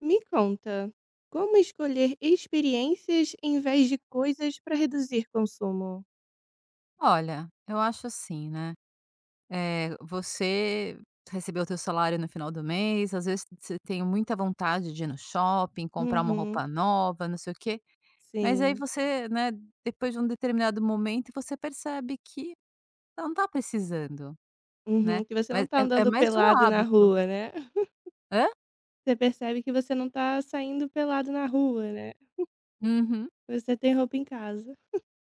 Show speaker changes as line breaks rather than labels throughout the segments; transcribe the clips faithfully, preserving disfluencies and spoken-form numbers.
Me conta, como escolher experiências em vez de coisas para reduzir consumo?
Olha, eu acho assim, né, eh, você recebeu o teu salário no final do mês, às vezes você tem muita vontade de ir no shopping, comprar uma
Uhum,
roupa nova, não sei o quê, mas aí
sim.
você, né, depois de um determinado momento, você percebe que não tá precisando, né,
Uhum, que você
mas
não tá
é é
andando
mais o
pelado na
hábito.
rua, né?
Hã?
Você percebe que você não tá saindo pelado na rua, né?
Uhum.
Você tem roupa em casa.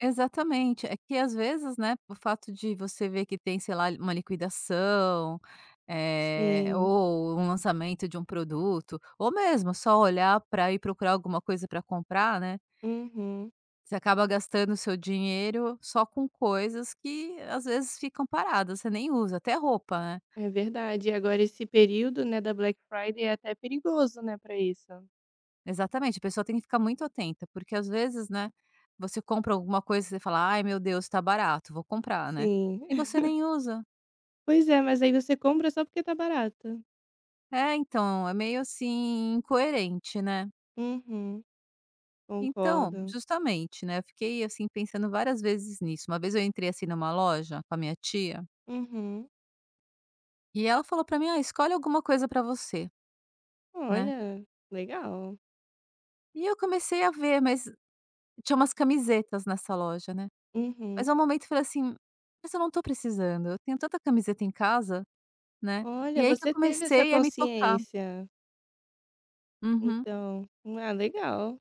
Exatamente. É que às vezes, né, o fato de você ver que tem, sei lá, uma liquidação, eh,
Sim.
ou um lançamento de um produto, ou mesmo só olhar para ir procurar alguma coisa para comprar, né,
Uhum.
você acaba gastando o seu dinheiro só com coisas que às vezes ficam paradas, você nem usa, até roupa, né.
É verdade. E agora esse período, né, da Black Friday é até perigoso, né, para isso.
Exatamente, a pessoa tem que ficar muito atenta, porque às vezes, né, você compra alguma coisa e você fala: "Ai meu Deus, tá barato, vou comprar", né,
Sim.
e você nem usa.
Pois é, mas aí você compra só porque tá barato.
É, então, é meio, assim, incoerente, né.
Uhum.
Então,
Concordo.
justamente, né, eu fiquei, assim, pensando várias vezes nisso. Uma vez eu entrei, assim, numa loja com a minha tia,
Uhum.
e ela falou pra mim: "Ah, escolhe alguma coisa pra você", né.
Olha, legal.
E eu comecei a ver, mas tinha umas camisetas nessa loja, né. Mas
Uhum.
ao momento eu falei assim: "Mas eu não tô precisando, eu tenho tanta camiseta em casa", né. E
Olha,
aí que eu
você teve essa
comecei a me tocar.
consciência,
Uhum.
então. Ah, legal.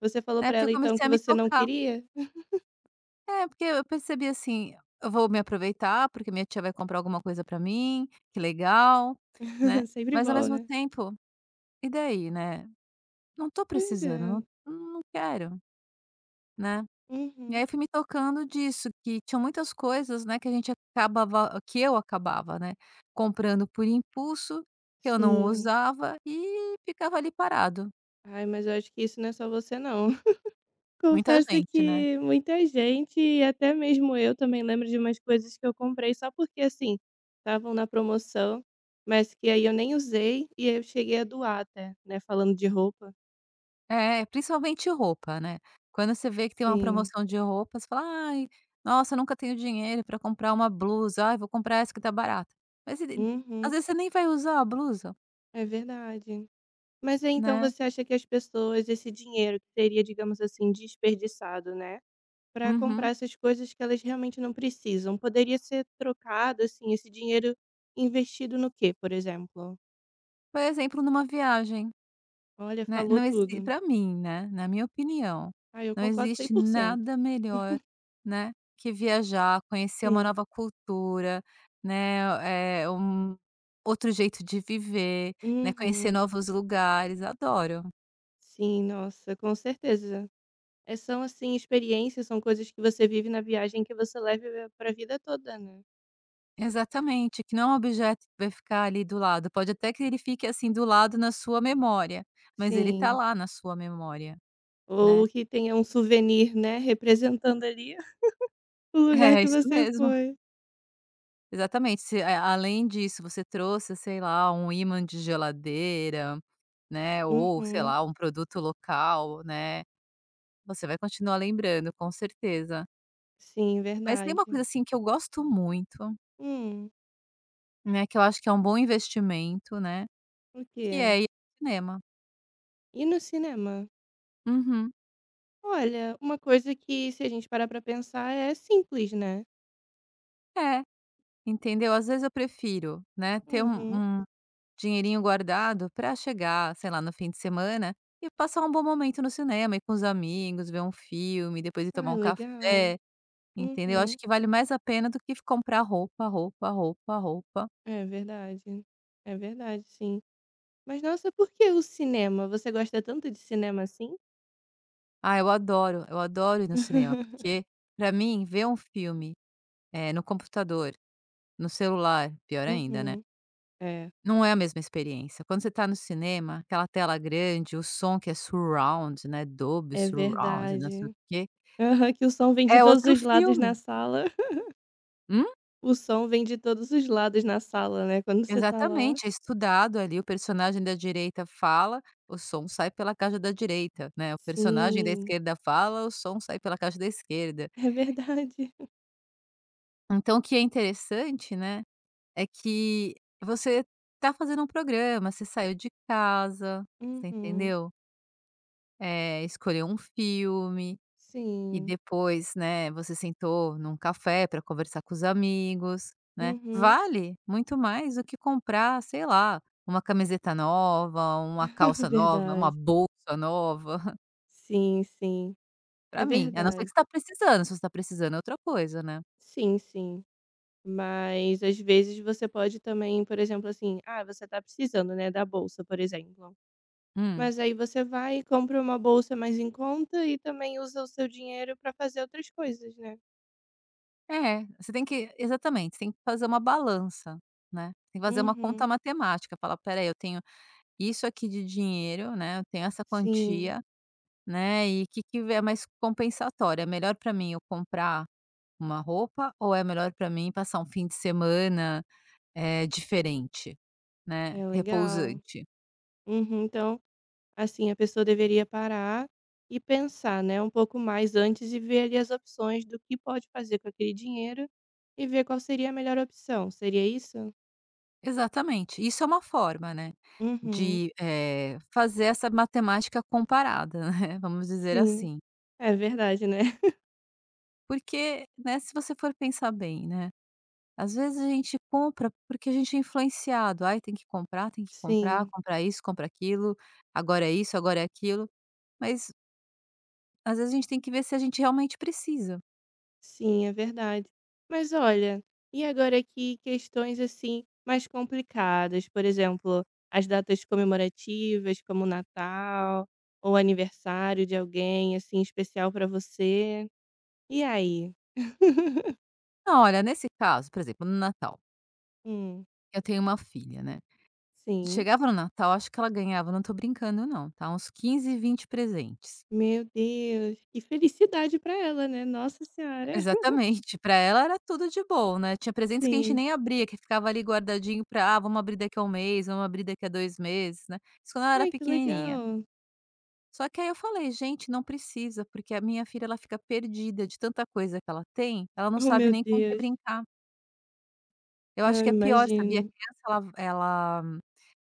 Você falou
É,
pra
porque eu
ela, então,
comecei
que
a me
você não
tocar.
queria?
É, porque eu percebi assim, eu vou me aproveitar, porque minha tia vai comprar alguma coisa pra mim, que legal, né.
Sempre
Mas ao
bom,
mesmo
né.
tempo, e daí, né, não tô
Pois
precisando, não
é.
não quero, né. E
Uhum.
aí eu fui me tocando disso, que tinha muitas coisas, né, que a gente acabava que eu acabava, né, comprando por impulso, que eu não
Sim.
usava e ficava ali parado.
Ai, mas eu acho que isso não é só você não.
Muita
Confesso
gente, né.
que muita gente e até mesmo eu também lembro de umas coisas que eu comprei só porque, assim, estavam na promoção, mas que aí eu nem usei e aí eu cheguei a doar até, né, falando de roupa.
É, principalmente roupa, né. Quando você vê que tem uma
Sim.
promoção de roupa, você fala: "Ai, nossa, eu nunca tenho dinheiro para comprar uma blusa. Ai, vou comprar essa que tá barata". Mas você às
Uhum.
vezes você nem vai usar a blusa,
É verdade. Mas aí então
né.
você acha que as pessoas esse dinheiro que seria, digamos assim, desperdiçado, né, Para comprar
Uhum.
essas coisas que elas realmente não precisam, poderia ser trocado, assim, esse dinheiro investido no quê, por exemplo?
Por exemplo, numa viagem,
Olha,
né,
falou
não existe
tudo.
para mim, né, na minha opinião,
Ah, eu
não
concordo cem
existe
por cento.
nada melhor, né, que viajar, conhecer uma
Sim.
nova cultura, né, é um outro jeito de viver, né, conhecer
Uhum.
novos lugares, adoro.
Sim, nossa, com certeza. É, são, assim, experiências, são coisas que você vive na viagem que você leva para a vida toda, né.
Exatamente, que não é um objeto que vai ficar ali do lado, pode até que ele fique, assim, do lado na sua memória, mas ele tá
Sim.
lá na sua memória, né.
Ou que tenha um souvenir, né, representando ali. O lugar
É,
que
isso
você
mesmo.
foi.
Exatamente, se a além disso você trouxe, sei lá, um ímã de geladeira, né, ou sei
Uhum.
lá, um produto local, né, você vai continuar lembrando, com certeza.
Sim,
Mas tem
verdade.
uma coisa, assim, que eu gosto muito,
Hum,
né, que eu acho que é um bom investimento, né,
o
que é
quê?
ir ao cinema.
E no cinema.
Uhum.
Olha, uma coisa que se a gente parar pra pensar é simples, né.
É. Entendeu? Às vezes eu prefiro, né, ter um
Uhum.
um dinheirinho guardado para chegar, sei lá, no fim de semana e passar um bom momento no cinema, ir com os amigos, ver um filme, depois ir tomar
Ah,
um
legal.
café, entendeu? Acho
Uhum.
que vale mais a pena do que comprar roupa, roupa, roupa, roupa.
É verdade. É verdade, sim. Mas nossa, por que o cinema? Você gosta tanto de cinema assim?
Ah, eu adoro, eu adoro ir no cinema, porque para mim ver um filme, eh, no computador, no celular, pior ainda, né?
Uhum. É,
Não é a mesma experiência. Quando você está no cinema, aquela tela grande, o som que é surround, né, Dolby
é
surround, não sei o
verdade.
quê,
Aham, que o som vem
é
de todos
outro
os lados
filme.
na sala.
Hum,
O som vem de todos os lados na sala, né, quando você tá lá.
exatamente, é estudado ali, o personagem da direita fala, o som sai pela caixa da direita, né, o personagem da
Sim,
esquerda fala, o som sai pela caixa da esquerda.
é verdade.
Então o que é interessante, né, é que você tá fazendo um programa, você saiu de casa, você
Uhum,
entendeu? Eh, escolheu um filme, e
sim,
depois, né, você sentou num café para conversar com os amigos, né.
uhum,
Vale muito mais do que comprar, sei lá, uma camiseta nova, uma calça nova, uma
verdade.
bolsa nova,
Sim, sim, é
para mim, a não ser que
verdade.
você tá precisando, se você tá precisando é outra coisa, né.
Sim, sim. Mas às vezes você pode também, por exemplo, assim, ah, você tá precisando, né, da bolsa, por exemplo.
Hum.
Mas aí você vai e compra uma bolsa mais em conta e também usa o seu dinheiro pra fazer outras coisas, né.
É, você tem que exatamente, tem que fazer uma balança, né. Tem que fazer uma
Uhum,
conta matemática, falar: peraí, eu tenho isso aqui de dinheiro, né, eu tenho essa
sim,
quantia, né, e o que que é mais compensatório? É melhor para mim eu comprar uma roupa ou é melhor para mim passar um fim de semana, eh, diferente, né,
é legal.
repousante.
Uhum, então. Assim, a pessoa deveria parar e pensar, né, um pouco mais antes e ver ali as opções do que pode fazer com aquele dinheiro e ver qual seria a melhor opção. Seria isso?
Exatamente, isso é uma forma, né,
Uhum.
de, eh, fazer essa matemática comparada, né, vamos dizer
Sim.
assim.
É verdade, né?
Porque, né, se você for pensar bem, né, às vezes a gente compra porque a gente é influenciado, "Ai, tem que comprar, tem que comprar,
Sim,
comprar isso, comprar aquilo, agora é isso, agora é aquilo", mas às vezes a gente tem que ver se a gente realmente precisa.
sim, é verdade. Mas olha, e agora que questões assim mais complicadas, por exemplo, as datas comemorativas, como o Natal ou aniversário de alguém assim especial para você. E aí?
Não, olha, nesse caso, por exemplo, no Natal,
Hum.
eu tenho uma filha, né.
Sim.
Chegava no Natal, acho que ela ganhava, não tô brincando não, tá, uns quinze, vinte presentes.
Meu Deus, que felicidade pra ela, né, nossa senhora.
Exatamente, pra ela era tudo de bom, né. Tinha presentes que a gente
Sim.
nem abria, que ficava ali guardadinho pra: "Ah, vamos abrir daqui a um mês, vamos abrir daqui a dois meses", né. Isso quando ela era
Ai, que
pequenininha.
legal.
Só que aí eu falei: "Gente, não precisa, porque a minha filha, ela fica perdida de tanta coisa que ela tem, ela não
Oh,
sabe
meu
nem com o que
Deus.
brincar". Eu
Não,
acho que
eu
é pior, sabia? A
imagino.
criança ela ela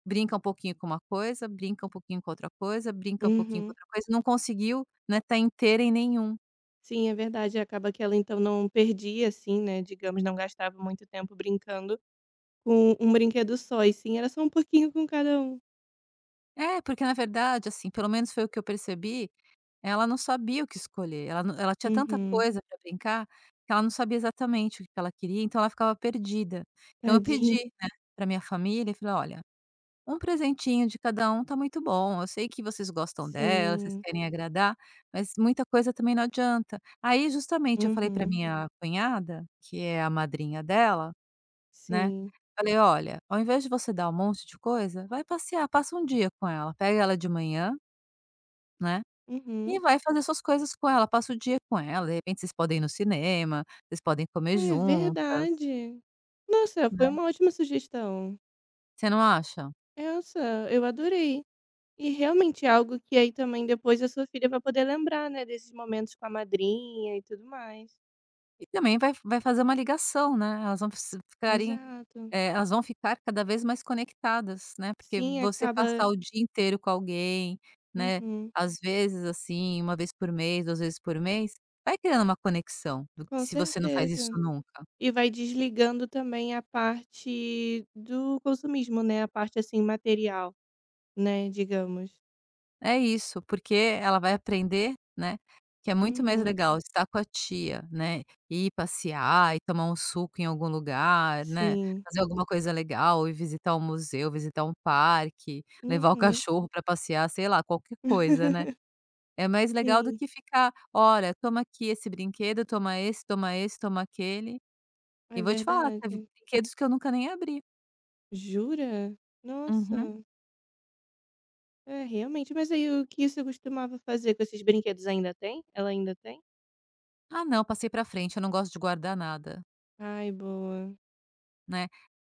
brinca um pouquinho com uma coisa, brinca um pouquinho com outra coisa, brinca um pouquinho com
Uhum.
outra coisa, não conseguiu, né, tá inteira em nenhum.
Sim, é verdade, acaba que ela então não perdia, assim, né, digamos, não gastava muito tempo brincando com um brinquedo só, e sim, era só um pouquinho com cada um.
É, porque na verdade, assim, pelo menos foi o que eu percebi, ela não sabia o que escolher, ela não ela tinha tanta
Uhum.
coisa para brincar, que ela não sabia exatamente o que ela queria, então ela ficava perdida. Então eu
Tadinha.
pedi, né, pra minha família e falei: "Olha". Um presentinho de cada um tá muito bom. Eu sei que vocês gostam dela, vocês
Sim.
querem agradar, mas muita coisa também não adianta. Aí, justamente, eu falei pra
Uhum.
minha cunhada, que é a madrinha dela, né,
Sim.
falei: "Olha, ao invés de você dar um monte de coisa, vai passear, passa um dia com ela. Pega ela de manhã, né,
Uhum.
e vai fazer suas coisas com ela, passa o dia com ela. De repente vocês podem ir no cinema, vocês podem
Ah,
comer
é
juntas",
verdade. Nossa, foi
né.
uma ótima sugestão.
Você não acha?
Elsa, eu adorei. E realmente é algo que aí também depois a sua filha vai poder lembrar, né, desses momentos com a madrinha e tudo mais.
E também vai vai fazer uma ligação, né, elas vão se ficarem
Exato.
é, elas vão ficar cada vez mais conectadas, né, porque
Sim,
você passar
acaba.
o dia inteiro com alguém, né,
Uhum,
às vezes, assim, uma vez por mês, duas vezes por mês, vai criando uma conexão, do
com
se você não faz isso
certeza.
nunca.
E vai desligando também a parte do consumismo, né, a parte, assim, material, né, digamos.
É isso, porque ela vai aprender, né, que é muito mais
Uhum.
legal estar com a tia, né, ir passear e tomar um suco em algum lugar, né,
Sim.
fazer alguma coisa legal, ir visitar um museu, visitar um parque, levar o
Uhum.
cachorro para passear, sei lá, qualquer coisa, né. É mais legal do
Sim,
que ficar: "Olha, toma aqui esse brinquedo, toma esse, toma esse, toma aquele". E
é
vou te falar, teve
verdade.
brinquedos que eu nunca nem abri.
Jura?
Uhum.
Nossa. É, realmente. Mas aí o que você costumava fazer com esses brinquedos, ainda tem? Ela ainda tem?
"Ah não, passei pra frente, eu não gosto de guardar nada",
Ai, boa.
né.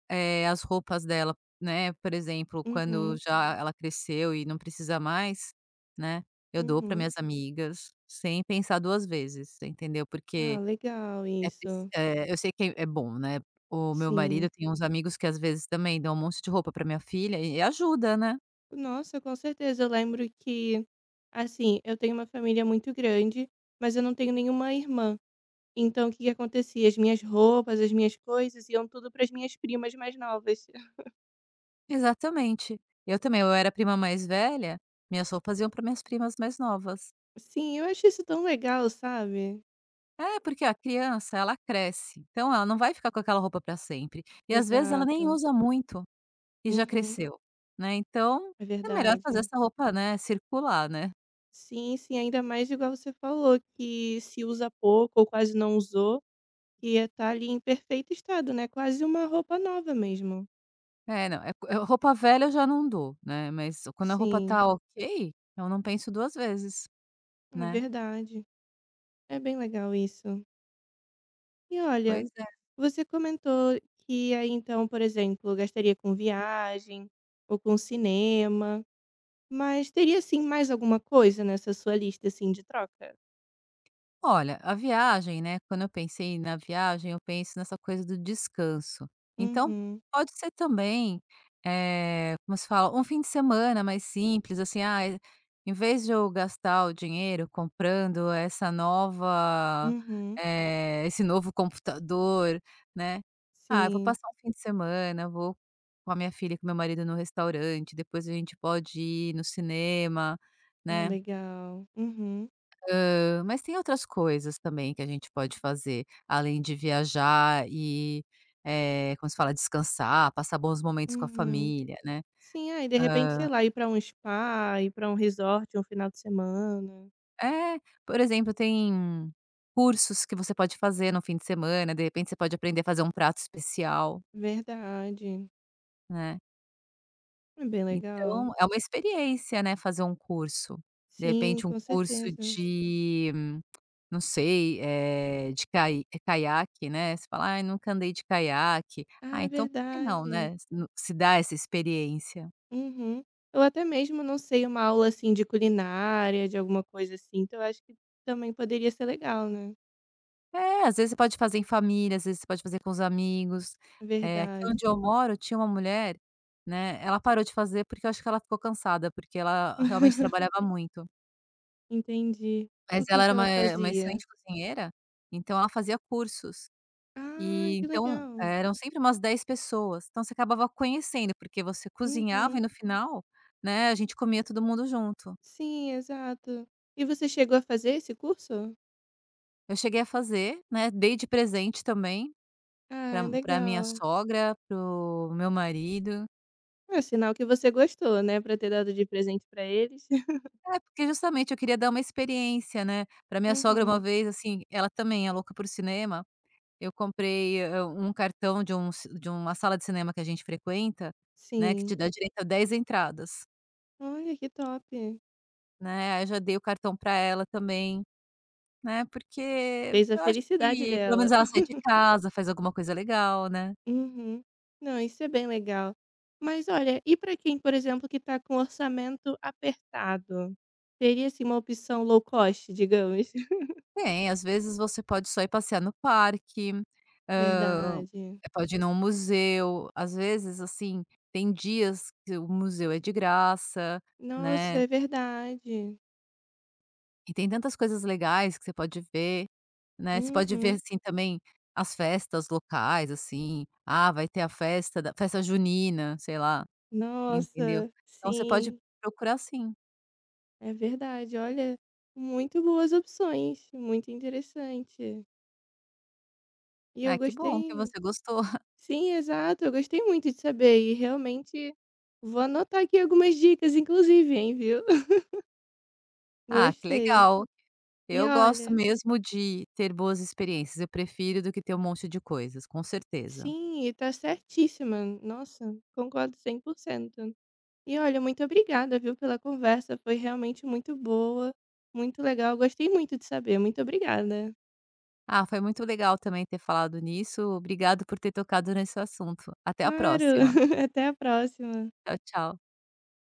Eh, as roupas dela, né, por exemplo, quando
Uhum,
já ela cresceu e não precisa mais, né, eu dou para
uhum.
minhas amigas, sem pensar duas vezes, entendeu.
Ah,
Porque
legal
é preci
isso.
eh, eu sei que é é bom, né. O meu marido
Sim.
tem uns amigos que às vezes também dão um monte de roupa para minha filha e ajuda, né.
Nossa, com certeza. Eu lembro que, assim, eu tenho uma família muito grande, mas eu não tenho nenhuma irmã. Então, o que que acontecia? As minhas roupas, as minhas coisas iam tudo para as minhas primas mais novas.
Exatamente. Eu também, eu era a prima mais velha, minhas roupas iam para minhas primas mais novas.
Sim, eu acho isso tão legal, sabe?
É, porque a criança, ela cresce, então ela não vai ficar com aquela roupa para sempre. E às vezes ela nem
Exato.
usa muito e já
Uhum,
cresceu, né, então
é
é melhor fazer
verdade.
essa roupa, né, circular, né.
Sim, sim, ainda mais igual você falou, que se usa pouco ou quase não usou, ia estar ali em perfeito estado, né, quase uma roupa nova mesmo.
É, não, é co- é roupa velha eu já não dou, né, mas quando a roupa
Sim,
tá ok, eu não penso duas vezes,
é
né.
verdade. É bem legal isso. E olha,
Pois é.
você comentou que aí então, por exemplo, gastaria com viagem ou com cinema, mas teria assim mais alguma coisa nessa sua lista assim de troca?
Olha, a viagem, né, quando eu pensei na viagem, eu penso nessa coisa do descanso. Então,
Uhum,
pode ser também, eh, como se fala, um fim de semana mais simples, assim, ah, eh, em vez de eu gastar o dinheiro comprando essa nova,
uhum,
eh, esse novo computador, né, ah, eu vou
sim.
passar um fim de semana, vou com a minha filha e com meu marido no restaurante, depois a gente pode ir no cinema,
Ah,
né.
legal. Uhum,
Hã, mas tem outras coisas também que a gente pode fazer, além de viajar e, eh, como se fala? Descansar, passar bons momentos com a
uhum.
família, né.
Sim, aí de repente, sei
Hã
lá, ir pra um spa, ir pra um resort um final de semana.
é, por exemplo, tem cursos que você pode fazer no fim de semana, de repente você pode aprender a fazer um prato especial,
Verdade.
né.
É bem legal.
Então é uma experiência, né, fazer um curso. De
Sim,
repente um
com
curso
certeza.
de não sei, eh, de cai eh, caiaque, né, você fala: "Ai, nunca andei de caiaque".
Ah,
Ah,
é
então por que não,
verdade.
né, se no se dá essa experiência.
Uhum. Ou até mesmo, não sei, uma aula assim de culinária, de alguma coisa assim, então eu acho que também poderia ser legal, né.
É, às vezes você pode fazer em família, às vezes você pode fazer com os amigos. Eh, aqui
Verdade.
onde eu moro tinha uma mulher, né, ela parou de fazer porque eu acho que ela ficou cansada, porque ela realmente trabalhava muito.
Entendi.
Mas
O que
ela
que
era
ela
uma eh, uma
fazia?
excelente cozinheira, então ela fazia cursos.
Ah,
E
que
então,
legal.
eh, eram sempre umas dez pessoas, então você acabava conhecendo, porque você cozinhava
Uhum.
e no final, né, a gente comia todo mundo junto.
Sim, exato. E você chegou a fazer esse curso?
Eu cheguei a fazer, né, dei de presente também pra
Ah,
pra minha
legal.
sogra, para o meu marido.
É sinal que você gostou, né, pra ter dado de presente pra eles.
É, porque justamente eu queria dar uma experiência, né. Pra minha sogra uma
Uhum,
vez, assim, ela também é louca por cinema, eu comprei, hã, um cartão de um ci de uma sala de cinema que a gente frequenta, né, que te
sim.
dá direito a dez entradas,
Olha que top.
né, aí eu já dei o cartão pra ela também. Né, porque
Fez a
eu acho
felicidade
que pelo
dela.
menos ela sai de casa, faz alguma coisa legal, né.
Uhum. Não, isso é bem legal. Mas olha, e pra quem, por exemplo, que tá com orçamento apertado? Teria, assim, uma opção low cost, digamos?
Tem, às vezes você pode só ir passear no parque, hã,
Verdade.
pode ir num museu, às vezes, assim, tem dias que o museu é de graça,
Nossa,
né,
é verdade.
e tem tantas coisas legais que você pode ver, né. Você pode ver,
Uhum.
assim, também as festas locais, assim, ah, vai ter a festa da festa junina, sei lá, entendeu.
Nossa,
Então você pode
sim,
procurar sim.
é verdade. Olha, muito boas opções, muito interessante. E eu
Ah, que bom que
gostei.
você gostou.
Sim, exato, eu gostei muito de saber e realmente vou anotar aqui algumas dicas inclusive, hein, viu.
Ah, que
Gostei.
legal.
E
Eu gosto
olha,
mesmo de ter boas experiências, eu prefiro do que ter um monte de coisas, com certeza.
sim, e tá certíssima. Nossa, concordo cem por cento. E olha, muito obrigada, viu, pela conversa, foi realmente muito boa, muito legal, gostei muito de saber. Muito obrigada.
Ah, foi muito legal também ter falado nisso, obrigado por ter tocado nesse assunto. Até a
Claro,
próxima.
até a próxima.
Tchau, tchau.